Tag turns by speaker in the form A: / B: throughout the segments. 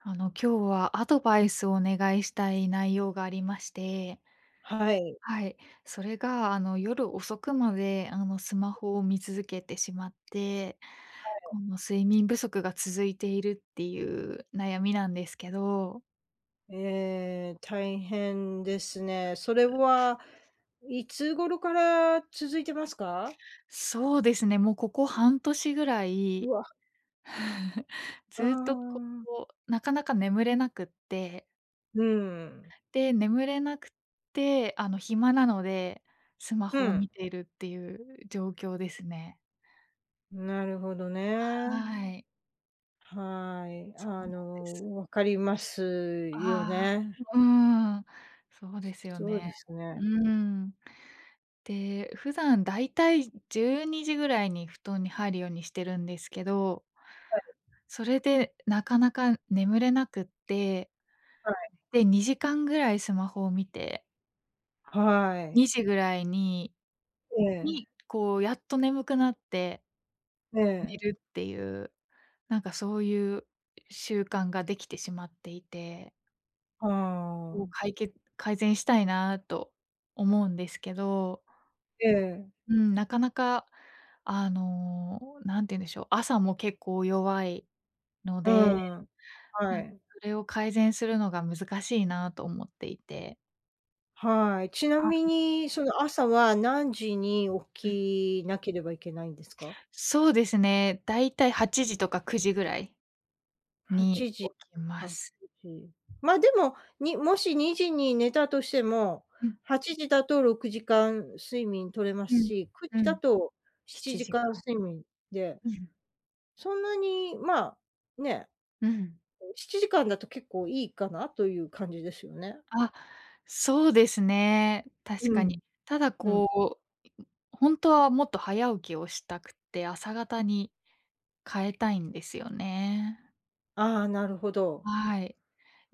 A: 今日はアドバイスをお願いしたい内容がありまして、
B: はい、
A: はい、それが夜遅くまでスマホを見続けてしまって、この睡眠不足が続いているっていう悩みなんですけど。
B: え大変ですね。それは、いつ頃から続いてますか？
A: そうですね、もうここ半年ぐら
B: う
A: い、
B: わ、あ
A: ずっとこ
B: あ、
A: う、なかなか眠れなくって、
B: うん、
A: で、眠れなくって、暇なので、スマ
B: う
A: ホを
B: ん、
A: 見ているっていう状況ですね。
B: なるほどね。
A: はい。
B: はい、
A: そうなんです。
B: わかりますよ
A: ああ、
B: ね。
A: うーん、そうですよ
B: そうで
A: ね。
B: す
A: う
B: ね。
A: ーん。で、普段だいたい12時ぐらいに布団に入るようにしてるんですけど、
B: はい
A: それでなかなか眠れなくって、
B: はい。
A: で、2時間ぐらいスマホを見て、
B: はい。
A: 2時ぐらいに
B: ええ、
A: に、こうやっと眠くなって
B: え
A: 寝
B: え、
A: るっていう、なんかそういう習慣ができてしまっていて。
B: ああ、
A: こう、かいけ改善したいなと思うんですけど、
B: ええ、
A: うん、なかなか、あの、んて言うんでしょう、朝も結構弱いの
B: う
A: で、
B: ん、は
A: なんか
B: い。
A: それを改善するのが難しいなと思っていて。
B: はい。ちなみ
A: あ、
B: に、その朝は何時に
A: うん。
B: 起きなければいけないんですか
A: そうですね、だいたい8時とか9時ぐらい
B: ？8
A: に
B: 時
A: 起きま
B: か
A: す。
B: 9時。ま、でも、もし2時に寝たとしても、
A: うん、
B: 8時だと6時間睡眠取れま
A: う
B: す
A: ん、
B: し、9
A: う
B: 時だ
A: ん、
B: と7
A: 7
B: 時間
A: 時間。
B: 睡眠で、
A: うん、
B: そんなに、まあ、ね、
A: うん。
B: 7時間だと結構いいかなという感じですよね。
A: あ、そうですね、確
B: う
A: かに。
B: ん、
A: ただ
B: うん。
A: う本当はもっと早起きをしたくて、朝方に変えたいんですよね。
B: ああ、なるほど。
A: はい。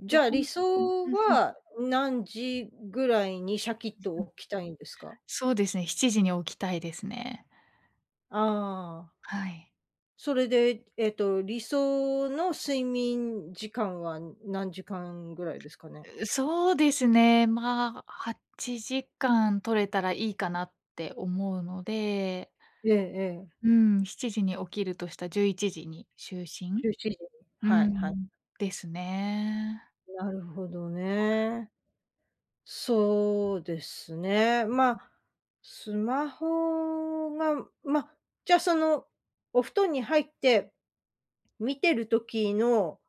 B: じ
A: で、
B: ゃあ、理
A: うん、
B: 想
A: うんうんう
B: は何時ぐらいにシャキッ
A: ん。
B: と起きたいんですか？
A: そうですね、7時に起きたいですね。
B: ああ、
A: はい。
B: それで、理想の睡眠時間は何時間ぐらいですかね？
A: そうですね、まあ、8時間取れたらいいかなって思うので、
B: ええええ、
A: うん、7時に起きるとした11時に就寝。
B: 時。
A: う
B: はいはい。
A: ん、ですね。
B: なるほどね。そうですね。まあ、スマホが、ま、じゃ、あその、お布団に入って見てる時の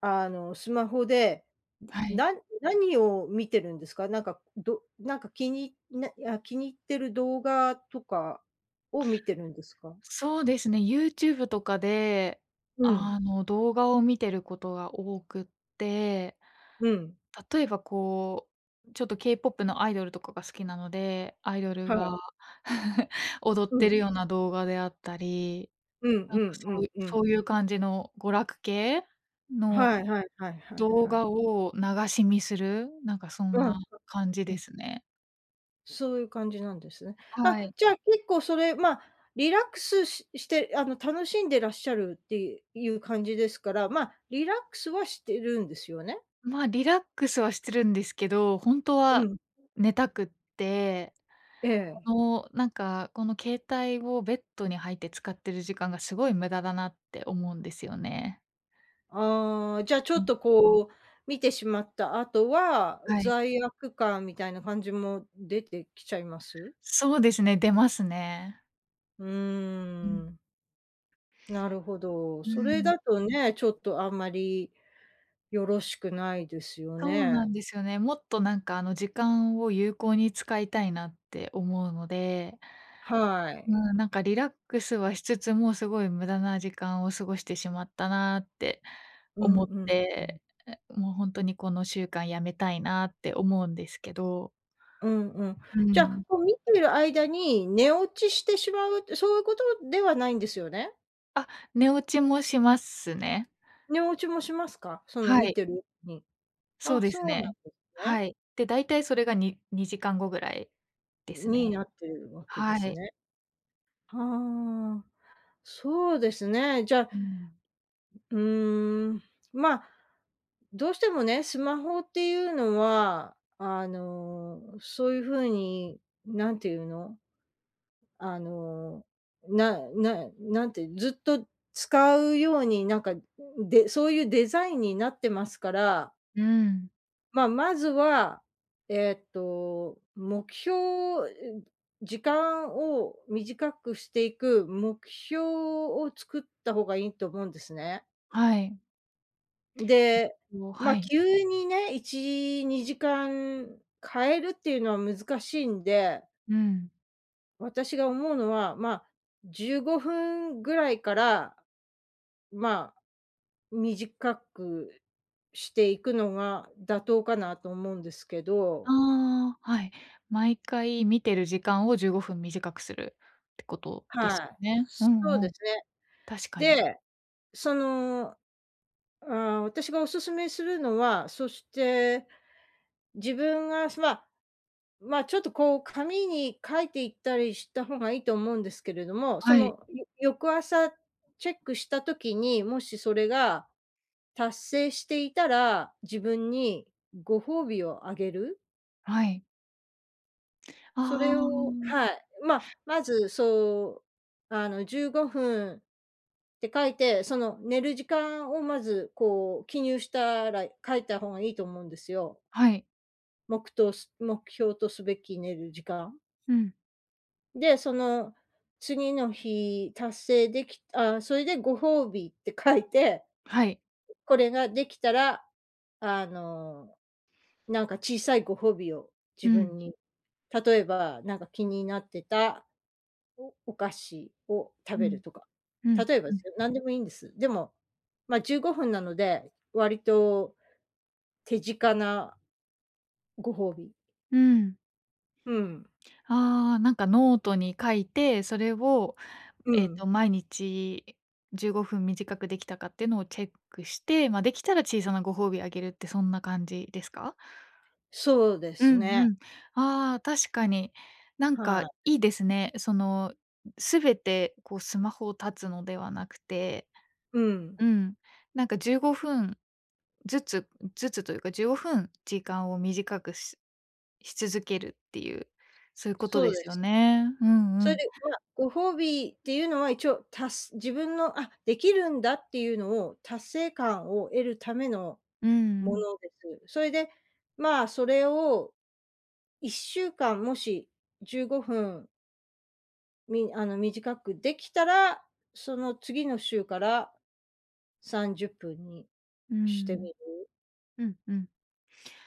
B: スマホで、
A: はい。
B: な何を見てるんですか？なんか、気に入ってる動画とかを見てるんですか？
A: そうですね、YouTube とかで、
B: うん、
A: 動画を見てることが多くって、
B: うん、
A: 例えばちょっと K-POP のアイドルとかが好きなので、アイドル
B: はい、
A: が 踊っ
B: う
A: て
B: ん、
A: るような動画であったり、
B: うん
A: なん
B: う
A: か
B: んうんうん。
A: そういう感じの娯楽系の
B: はいはいはいはい
A: 動
B: はい。
A: 画を流し見する、なんかそん
B: う
A: な
B: ん、
A: 感じ
B: う
A: で
B: ん、
A: すね。
B: そういう感じなんですね。あ、
A: はい。
B: じゃあ結構それ、リラックスして、楽しんでらっしゃるっていう感じですから、リラックスはしてるんですよね？
A: まあ、リラックスはしてるんですけど、本当
B: う
A: は
B: ん、
A: 寝たくって
B: ええ。
A: なんか、この携帯をベッドに入って使ってる時間がすごい無駄だなって思うんですよね。
B: ああ、じゃあちょ
A: う
B: っ
A: ん、
B: とこう、見てしまった後は、
A: はい。
B: 罪悪感みたいな感じも出てきちゃいます？
A: そうですね、出ますね。
B: うー
A: うん。
B: ん、なるほど。
A: う
B: それ
A: ん。
B: だとね、ちょっとあんまりよろしくないですよ
A: そう
B: ね。
A: なんですよね。もっとなんか時間を有効に使いたいなって思うので、
B: はい。
A: うん、なんかリラックスはしつつも、すごい無駄な時間を過ごしてしまったなって
B: うん
A: 思っ
B: うんうん。
A: て、もう本当にこの習慣やめたいなって思うんですけど。
B: うんうん。
A: う
B: じゃあ、
A: ん。
B: こう見てる間に寝落ちしてしまうって、そういうことではないんですよね？
A: あ、寝落ちもしますね。
B: 寝落ちもしますか？その
A: は
B: 見
A: い、
B: てるうちに。
A: そう
B: あ、
A: で
B: そ
A: す
B: うな
A: ね。
B: んですね。
A: はい。で、だいたいそれが2時間後ぐらいです
B: に
A: ね。
B: なってるわけで
A: は
B: す
A: い。
B: ね。ああ、そうですね。じゃあ、
A: うん。
B: うーん、まあ、どうしてもね、スマホっていうのは、そういう風に、なんていうの、あの、なんて、ずっと使うように、でそういうデザインになってますから、
A: うん、
B: まあ、まずは、目標、え、時間を短くしていく目標を作った方がいいと思うんですね。
A: はい。
B: で、ま
A: は
B: あ、
A: い。
B: 急にね、1、2時間変えるっていうのは難しいんで、
A: うん。
B: 私が思うのは、まあ、15分ぐらいから、まあ、短くしていくのが妥当かなと思うんですけど。
A: ああ、はい。毎回見てる時間を15分短くするってことです
B: は
A: よ
B: い。
A: ね。う
B: そう
A: ん
B: で
A: うん。
B: すね。
A: 確かに。
B: で、その、私がお勧めするのは、そして、自分が、まあちょっとこう紙に書いていったりした方がいいと思うんですけれども、そ
A: はい、
B: の、翌朝チェックした時に、もしそれが達成していたら、自分にご褒美をあげる。
A: はい。
B: そ
A: あ
B: れを
A: あ、
B: はい。まあ、まず、そう、15分って書いて、その、寝る時間をまず、こう、記入したら書いた方がいいと思うんですよ。
A: はい。
B: 目標とすべき寝る時間。
A: うん、
B: で、その、次の日達成できそれでご褒美って書いて、
A: はい。
B: これができたら、あの、なんか小さいご褒美を自分に、例えば、なんか気になってたお菓子を
A: う
B: 食べる
A: ん、
B: とか。
A: うん、
B: 例えば
A: う
B: で
A: ん、
B: すよ、何でもいいんです。でも、まあ、15分なので、割と手近なご褒美。
A: うん、うん。
B: うん、
A: ああ、なんかノートに書いて、それを、
B: うん。
A: 毎日15分短くできたかっていうのをチェックして、まあ、できたら小さなご褒美あげるってそんな感じですか？
B: そうで
A: う
B: す
A: ん
B: ね。
A: うん。ああ、確かに。なんか
B: はい。
A: いいですね。すべてスマホを断つのではなくて、
B: うん、
A: うん、なんか15分ずつずつというか15分時間を短くし続けるっていう、そういうこと
B: そう
A: で
B: で
A: すよ
B: す。
A: ね。う
B: そ
A: んう
B: れ
A: ん。
B: で、まあ、ご褒美っていうのは一応、自分の、できるんだっていうのを達成感を得るための
A: う
B: も
A: ん、
B: のです。それで、まあ、それを1週間もし15分みあの、短くできたら、その次の週から30分に
A: う
B: してみ
A: ん、
B: る。
A: うん、うん。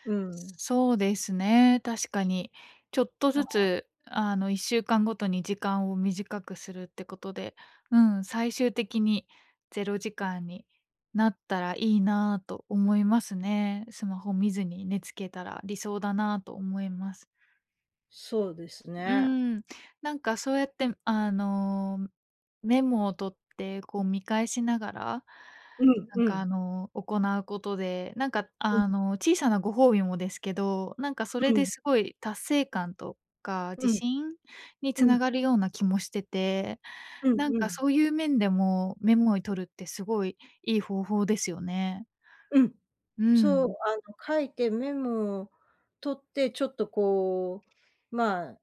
B: うん。
A: そうですね、確かに。ちょっとず
B: は
A: つ、1週間ごとに時間を短くするってことで、うん、最終的にゼロ時間になったらいいなと思いますね。スマホ見ずに寝つけたら理想だなと思います。
B: そうです
A: う
B: ね。
A: ーん、なんかそうやって、メモを取って、見返しながら、
B: うん
A: なん
B: う
A: か
B: ん。
A: 行うことで、なんか
B: うん
A: 小さなご褒美もですけど、なんかそ
B: う
A: れで
B: ん
A: すごい達成感とか
B: う
A: 自
B: ん
A: 信に
B: う
A: つ
B: ん
A: な
B: う
A: がるような気もしてて、
B: んう
A: なんか
B: ん
A: そういう面でもメモに取るってすごいいい方法ですよね。
B: うん。
A: う
B: そう、
A: ん。
B: 書いてメモを取って、ちょっとこう、まあ、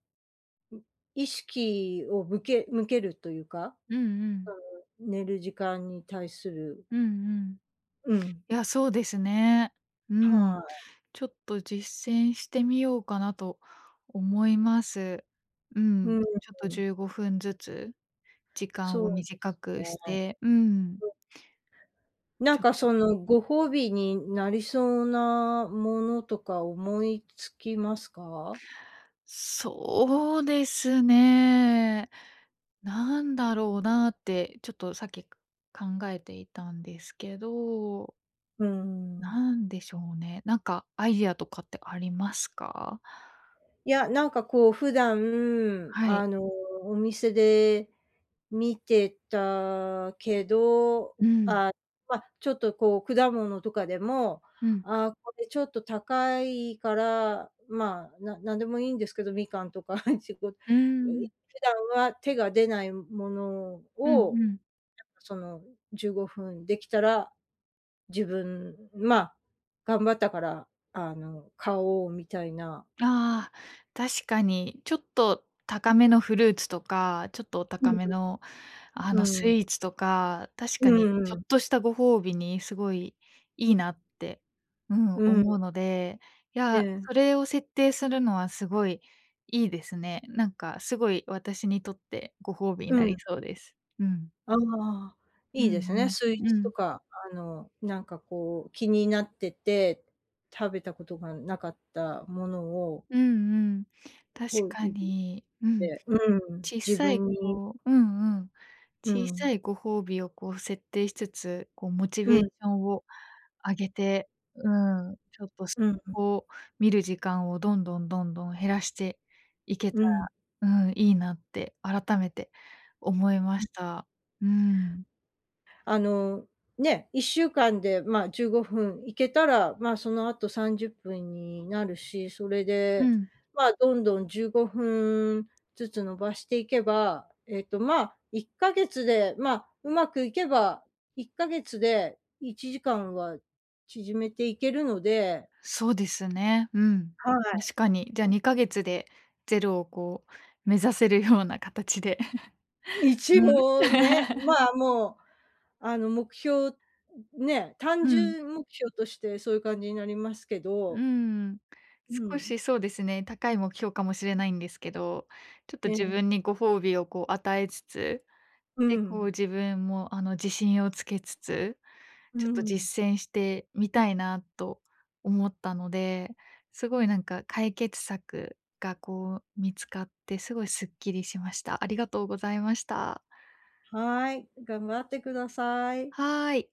B: 意識を向けるというか、
A: うんうん。
B: 寝る時間に対する
A: うんうん。
B: うん、
A: いや、そうですね。うん。
B: は
A: ちょっと実践してみようかなと思います。う
B: い。
A: ん、
B: うん、
A: ちょっと15分ずつ時間
B: そ
A: を
B: うで
A: 短
B: す
A: くし
B: ね。
A: て、うん、
B: なん
A: ちょっ
B: か
A: と
B: その、ご褒美になりそうなものとか思いつきますか？
A: そうですね。なんだろうなってちょっとさっき考えていたんですけど、
B: うん。
A: なんでしょうね。なんかアイディアとかってありますか？
B: いや、なんかこう普段、
A: はい。
B: お店で見てたけど、
A: うん。
B: あ、ま、ちょっとこう果物とかでも、
A: うん。
B: あ、これちょっと高いから、まあ、なんでもいいんですけど、みかんとか いちご、普
A: うーん。
B: 段は手が出ないもの
A: うん
B: を
A: うん。
B: その15分できたら、自分、まあ、頑張ったから、買おうみたいな。
A: ああ、確かに、ちょっと高めのフルーツとか、ちょっとお
B: う
A: 高
B: ん。
A: めの、
B: う
A: ス
B: ん。
A: イーツとか、確
B: う
A: かにち
B: ん
A: ょ
B: う
A: っ
B: ん。
A: としたご褒美にすごいいいなって、うん、
B: うん。
A: 思うので、い
B: え
A: や、
B: え。
A: それを設定するのはすごいいいですね。なんかすごい私にとってご褒美に
B: う
A: なり
B: ん。
A: そうです。うん。
B: ああ、
A: う
B: いいですね。
A: ん
B: スイー
A: うん。う
B: ツと
A: ん。
B: か、なんかこう、気になってて、食べたことがなかったものを、
A: うんうん。
B: こ
A: 確
B: う、
A: か
B: 自分
A: に。うん。
B: でうん、
A: 小
B: 自
A: さい
B: 分に
A: こううんうん。
B: う
A: 小さ
B: ん、
A: いご褒美を設定しつつ、モチ
B: う
A: ベーシ
B: ん、
A: ョンを上げて、うん、ちょっとス
B: うん、
A: を見る時間をどんどんどんどん減らしていけた
B: うん。
A: ら、うん、いいなって改めて思いました。うん。
B: あの、ね、1週間で、まあ、15分行けたら、まあ、その後30分になるし、それ
A: う
B: で、
A: ん。
B: まあ、どんどん15分ずつ伸ばしていけば、まあ、1ヶ月で、まあ、うまくいけば、1ヶ月で1時間は縮めていけるので、
A: そうですね。うん。
B: はい。
A: 確かに。じゃあ2ヶ月でゼロを目指せるような形で。
B: 一
A: うん。
B: 応ね、まあ、もう、目標ね、単
A: うん。
B: 純目標としてそういう感じになりますけ
A: う
B: ど、
A: ん、
B: う
A: 少
B: ん、
A: しそうですね、高い目標かもしれないんですけど、ちょっと
B: え
A: 自
B: え。
A: 分にご褒美を与えつつ、
B: う
A: で、
B: ん、
A: 自分も自信をつけつつ、
B: う
A: ちょっと
B: ん。
A: 実践してみたいなと思ったので、すごいなんか解決策が見つかって、すごいすっきりしました。ありがとうございました。
B: はい、頑張ってください。
A: はーい。